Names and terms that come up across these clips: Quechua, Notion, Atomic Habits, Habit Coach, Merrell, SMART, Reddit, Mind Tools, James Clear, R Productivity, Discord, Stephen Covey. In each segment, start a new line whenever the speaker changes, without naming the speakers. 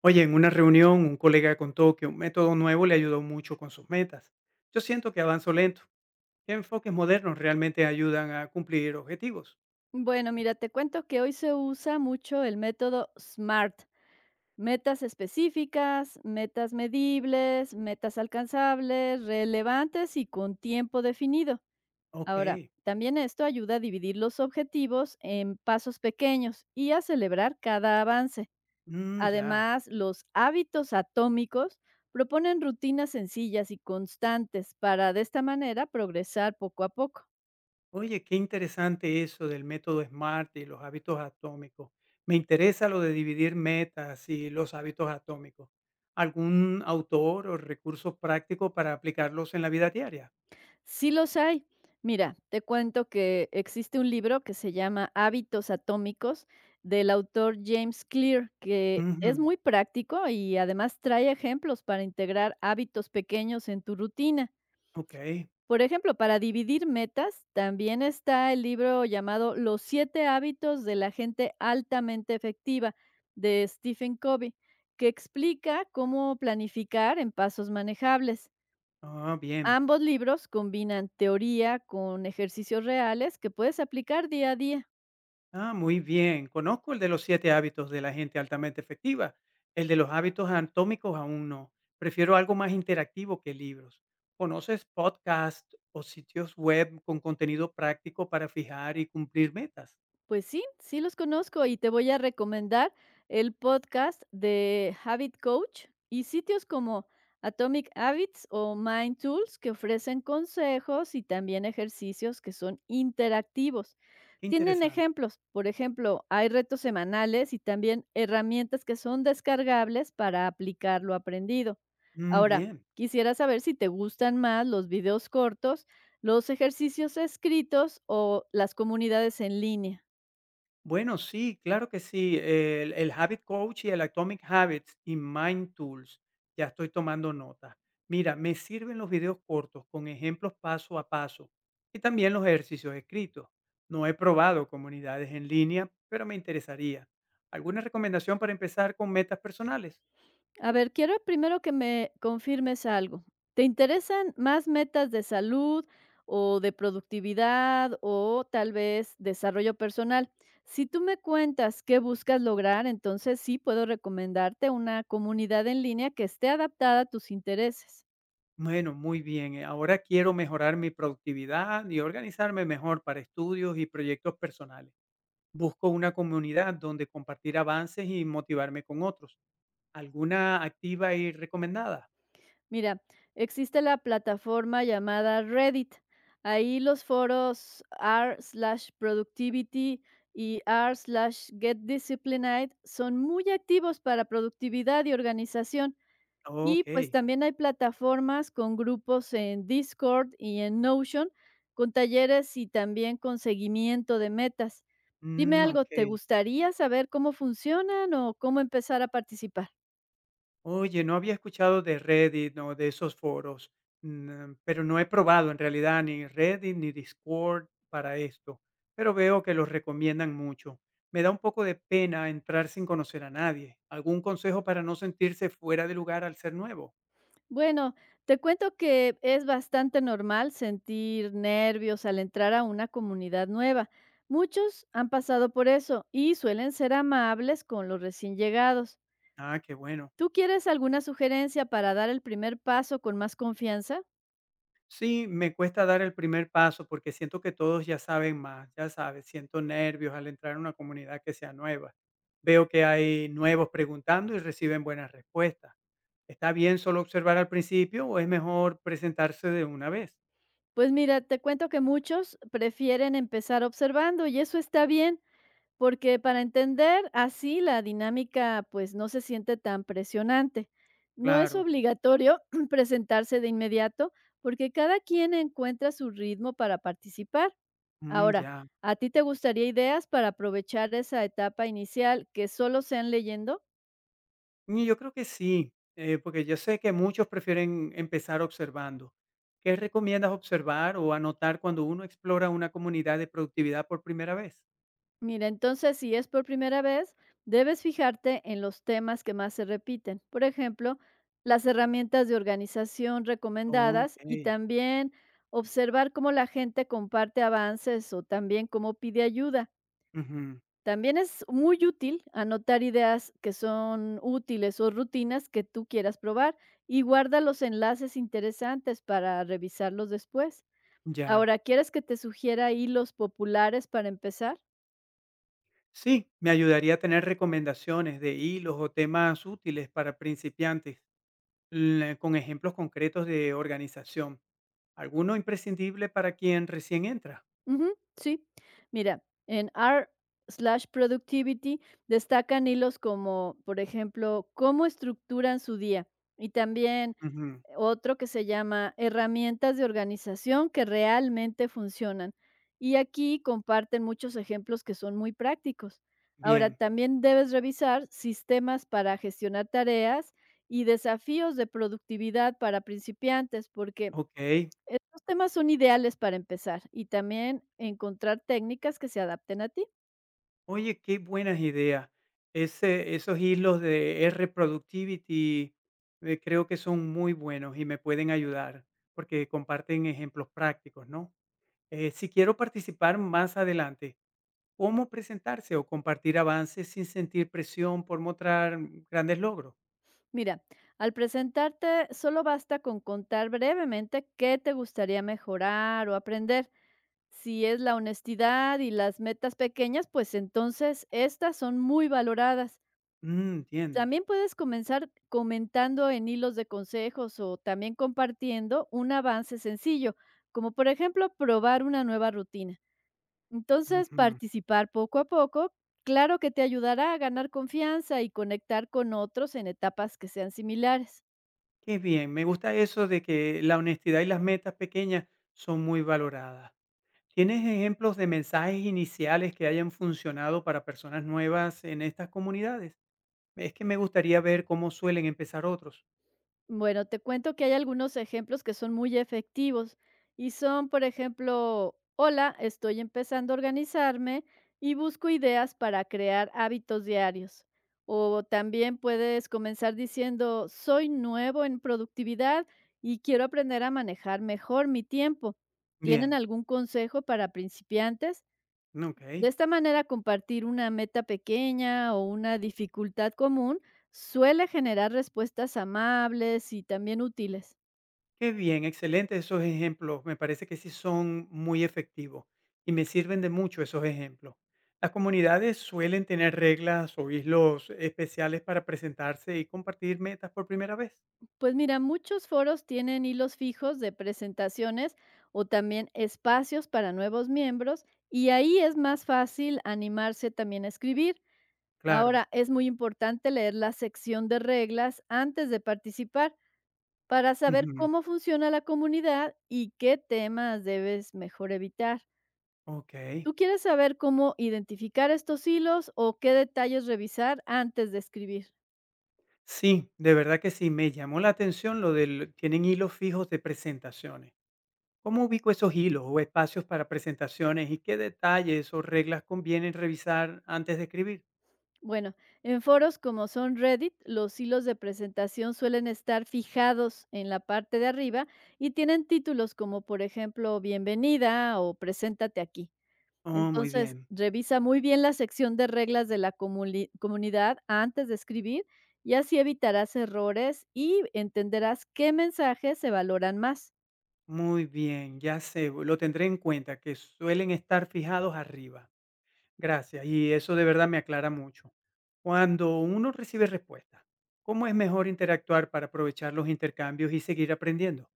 Oye, en una reunión un colega contó que un método nuevo le ayudó mucho con sus metas. Yo siento que avanzo lento. ¿Qué enfoques modernos realmente ayudan a cumplir objetivos?
Bueno, mira, te cuento que hoy se usa mucho el método SMART. Metas específicas, metas medibles, metas alcanzables, relevantes y con tiempo definido.
Ok,
Ahora, también esto ayuda a dividir los objetivos en pasos pequeños y a celebrar cada avance.
mm, ya.
Además, los hábitos atómicos proponen rutinas sencillas y constantes para de esta manera progresar poco a poco.
Oye, qué interesante eso del método SMART y los hábitos atómicos. Me interesa lo de dividir metas y los hábitos atómicos. ¿Algún autor o recurso práctico para aplicarlos en la vida diaria?
Sí los hay. Mira, te cuento que existe un libro que se llama Hábitos Atómicos del autor James Clear, que
Ujú,
es muy práctico y además trae ejemplos para integrar hábitos pequeños en tu rutina.
ok,
Por ejemplo, para dividir metas, también está el libro llamado Los siete hábitos de la gente altamente efectiva de Stephen Covey, que explica cómo planificar en pasos manejables.
ah, bien.
Ambos libros combinan teoría con ejercicios reales que puedes aplicar día a día.
Ah, muy bien. Conozco el de los siete hábitos de la gente altamente efectiva. El de los hábitos anatómicos aún no. Prefiero algo más interactivo que libros. ¿Conoces podcasts o sitios web con contenido práctico para fijar y cumplir metas?
Pues sí, sí los conozco y te voy a recomendar el podcast de Habit Coach y sitios como Atomic Habits o Mind Tools que ofrecen consejos y también ejercicios que son interactivos.
Qué
Tienen
interesante.
ejemplos, por ejemplo, hay retos semanales y también herramientas que son descargables para aplicar lo aprendido.
Mm,
Ahora,
bien.
quisiera saber si te gustan más los videos cortos, los ejercicios escritos o las comunidades en línea.
Bueno, sí, claro que sí. El Habit Coach y el Atomic Habits y Mind Tools. Ya estoy tomando nota. Mira, me sirven los videos cortos con ejemplos paso a paso y también los ejercicios escritos. No he probado comunidades en línea, pero me interesaría. ¿Alguna recomendación para empezar con metas personales?
A ver, quiero primero que me confirmes algo. ¿Te interesan más metas de salud o de productividad o tal vez desarrollo personal? Si tú me cuentas qué buscas lograr, entonces sí puedo recomendarte una comunidad en línea que esté adaptada a tus intereses.
Bueno, muy bien. Ahora quiero mejorar mi productividad y organizarme mejor para estudios y proyectos personales. Busco una comunidad donde compartir avances y motivarme con otros. ¿Alguna activa y recomendada?
Mira, existe la plataforma llamada Reddit. Ahí los foros r/productivity y r/getdisciplined son muy activos para productividad y organización. Y pues
Okey,
también hay plataformas con grupos en Discord y en Notion, con talleres y también con seguimiento de metas. Dime
mm,
algo, ¿te
okey.
gustaría saber cómo funcionan o cómo empezar a participar?
Oye, no había escuchado de Reddit o de esos foros, pero no he probado en realidad ni Reddit ni Discord para esto, pero veo que los recomiendan mucho. Me da un poco de pena entrar sin conocer a nadie. ¿Algún consejo para no sentirse fuera de lugar al ser nuevo?
Bueno, te cuento que es bastante normal sentir nervios al entrar a una comunidad nueva. Muchos han pasado por eso y suelen ser amables con los recién llegados.
Ah, qué bueno.
¿Tú quieres alguna sugerencia para dar el primer paso con más confianza?
Sí, me cuesta dar el primer paso porque siento que todos ya saben más, ya sabes, siento nervios al entrar en una comunidad que sea nueva. Veo que hay nuevos preguntando y reciben buenas respuestas. ¿Está bien solo observar al principio o es mejor presentarse de una vez?
Pues mira, te cuento que muchos prefieren empezar observando y eso está bien. Porque para entender así la dinámica, pues no se siente tan presionante. No es
Claro,
obligatorio presentarse de inmediato porque cada quien encuentra su ritmo para participar.
mm,
Ahora,
ya.
¿a ti te gustaría ideas para aprovechar esa etapa inicial que solo sean leyendo?
Y yo creo que sí, porque yo sé que muchos prefieren empezar observando. ¿Qué recomiendas observar o anotar cuando uno explora una comunidad de productividad por primera vez?
Mira, entonces si es por primera vez, debes fijarte en los temas que más se repiten. Por ejemplo, las herramientas de organización recomendadas
Ok,
y también observar cómo la gente comparte avances o también cómo pide ayuda.
ujú,
También es muy útil anotar ideas que son útiles o rutinas que tú quieras probar y guarda los enlaces interesantes para revisarlos después.
ya.
Ahora, ¿quieres que te sugiera hilos populares para empezar?
Sí, me ayudaría a tener recomendaciones de hilos o temas útiles para principiantes, con ejemplos concretos de organización. ¿Alguno imprescindible para quien recién entra?
Ujú, sí. Mira, en r/productivity destacan hilos como, por ejemplo, cómo estructuran su día y también
Ujú,
otro que se llama herramientas de organización que realmente funcionan. Y aquí comparten muchos ejemplos que son muy prácticos. Ahora,
bien,
también debes revisar sistemas para gestionar tareas y desafíos de productividad para principiantes, porque
ok.
estos temas son ideales para empezar y también encontrar técnicas que se adapten a ti.
Oye, qué buenas ideas. Esos hilos de R Productivity creo que son muy buenos y me pueden ayudar porque comparten ejemplos prácticos, ¿no? Si quiero participar más adelante, ¿cómo presentarse o compartir avances sin sentir presión por mostrar grandes logros?
Mira, al presentarte solo basta con contar brevemente qué te gustaría mejorar o aprender. Si es la honestidad y las metas pequeñas, pues entonces estas son muy valoradas.
Mm, entiendo.
También puedes comenzar comentando en hilos de consejos o también compartiendo un avance sencillo, como por ejemplo probar una nueva rutina. Entonces,
Ujú.
participar poco a poco, claro que te ayudará a ganar confianza y conectar con otros en etapas que sean similares.
Qué bien, me gusta eso de que la honestidad y las metas pequeñas son muy valoradas. ¿Tienes ejemplos de mensajes iniciales que hayan funcionado para personas nuevas en estas comunidades? Es que me gustaría ver cómo suelen empezar otros.
Bueno, te cuento que hay algunos ejemplos que son muy efectivos y son, por ejemplo, hola, estoy empezando a organizarme y busco ideas para crear hábitos diarios. O también puedes comenzar diciendo, soy nuevo en productividad y quiero aprender a manejar mejor mi tiempo. ¿Tienen
Bien,
algún consejo para principiantes?
ok.
De esta manera, compartir una meta pequeña o una dificultad común suele generar respuestas amables y también útiles.
Qué bien, excelente esos ejemplos. Me parece que sí son muy efectivos y me sirven de mucho esos ejemplos. Las comunidades suelen tener reglas o islos especiales para presentarse y compartir metas por primera vez.
Pues mira, muchos foros tienen hilos fijos de presentaciones o también espacios para nuevos miembros y ahí es más fácil animarse también a escribir.
Claro.
Ahora, es muy importante leer la sección de reglas antes de participar para saber
Ujú,
cómo funciona la comunidad y qué temas debes mejor evitar.
ok.
¿Tú quieres saber cómo identificar estos hilos o qué detalles revisar antes de escribir?
Sí, de verdad que sí. Me llamó la atención lo del... Tienen hilos fijos de presentaciones. ¿Cómo ubico esos hilos o espacios para presentaciones y qué detalles o reglas convienen revisar antes de escribir?
Bueno, en foros como son Reddit, los hilos de presentación suelen estar fijados en la parte de arriba y tienen títulos como, por ejemplo, Bienvenida o Preséntate aquí.
Oh, muy
Entonces,
bien.
revisa muy bien la sección de reglas de la comunidad antes de escribir y así evitarás errores y entenderás qué mensajes se valoran más.
Muy bien, ya sé, lo tendré en cuenta, que suelen estar fijados arriba. Gracias, y eso de verdad me aclara mucho. Cuando uno recibe respuesta, ¿cómo es mejor interactuar para aprovechar los intercambios y seguir aprendiendo?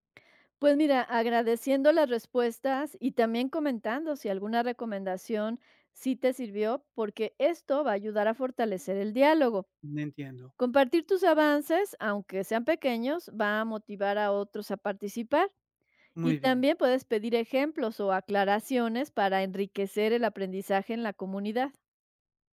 Pues mira, agradeciendo las respuestas y también comentando si alguna recomendación sí te sirvió, porque esto va a ayudar a fortalecer el diálogo.
No entiendo.
Compartir tus avances, aunque sean pequeños, va a motivar a otros a participar y
Muy bien.
también puedes pedir ejemplos o aclaraciones para enriquecer el aprendizaje en la comunidad.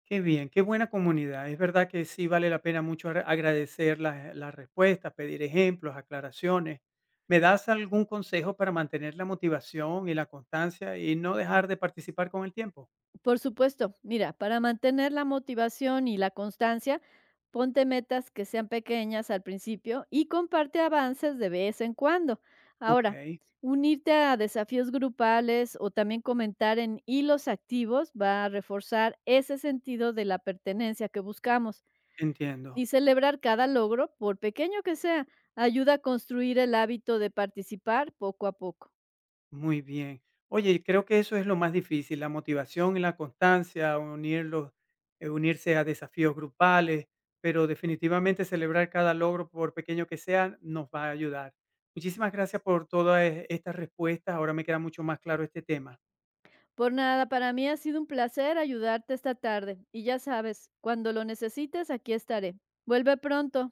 Qué bien, qué buena comunidad. Es verdad que sí vale la pena mucho agradecer las respuestas, pedir ejemplos, aclaraciones. ¿Me das algún consejo para mantener la motivación y la constancia y no dejar de participar con el tiempo?
Por supuesto, mira, para mantener la motivación y la constancia, ponte metas que sean pequeñas al principio y comparte avances de vez en cuando. Ahora,
Ok.
unirte a desafíos grupales o también comentar en hilos activos va a reforzar ese sentido de la pertenencia que buscamos
Entiendo,
y celebrar cada logro, por pequeño que sea, ayuda a construir el hábito de participar poco a poco.
muy bien. Oye, creo que eso es lo más difícil, la motivación y la constancia, unirlos, unirse a desafíos grupales, pero definitivamente celebrar cada logro, por pequeño que sea, nos va a ayudar. Muchísimas gracias por todas estas respuestas. Ahora me queda mucho más claro este tema.
Por nada, para mí ha sido un placer ayudarte esta tarde y ya sabes, cuando lo necesites, aquí estaré. Vuelve pronto.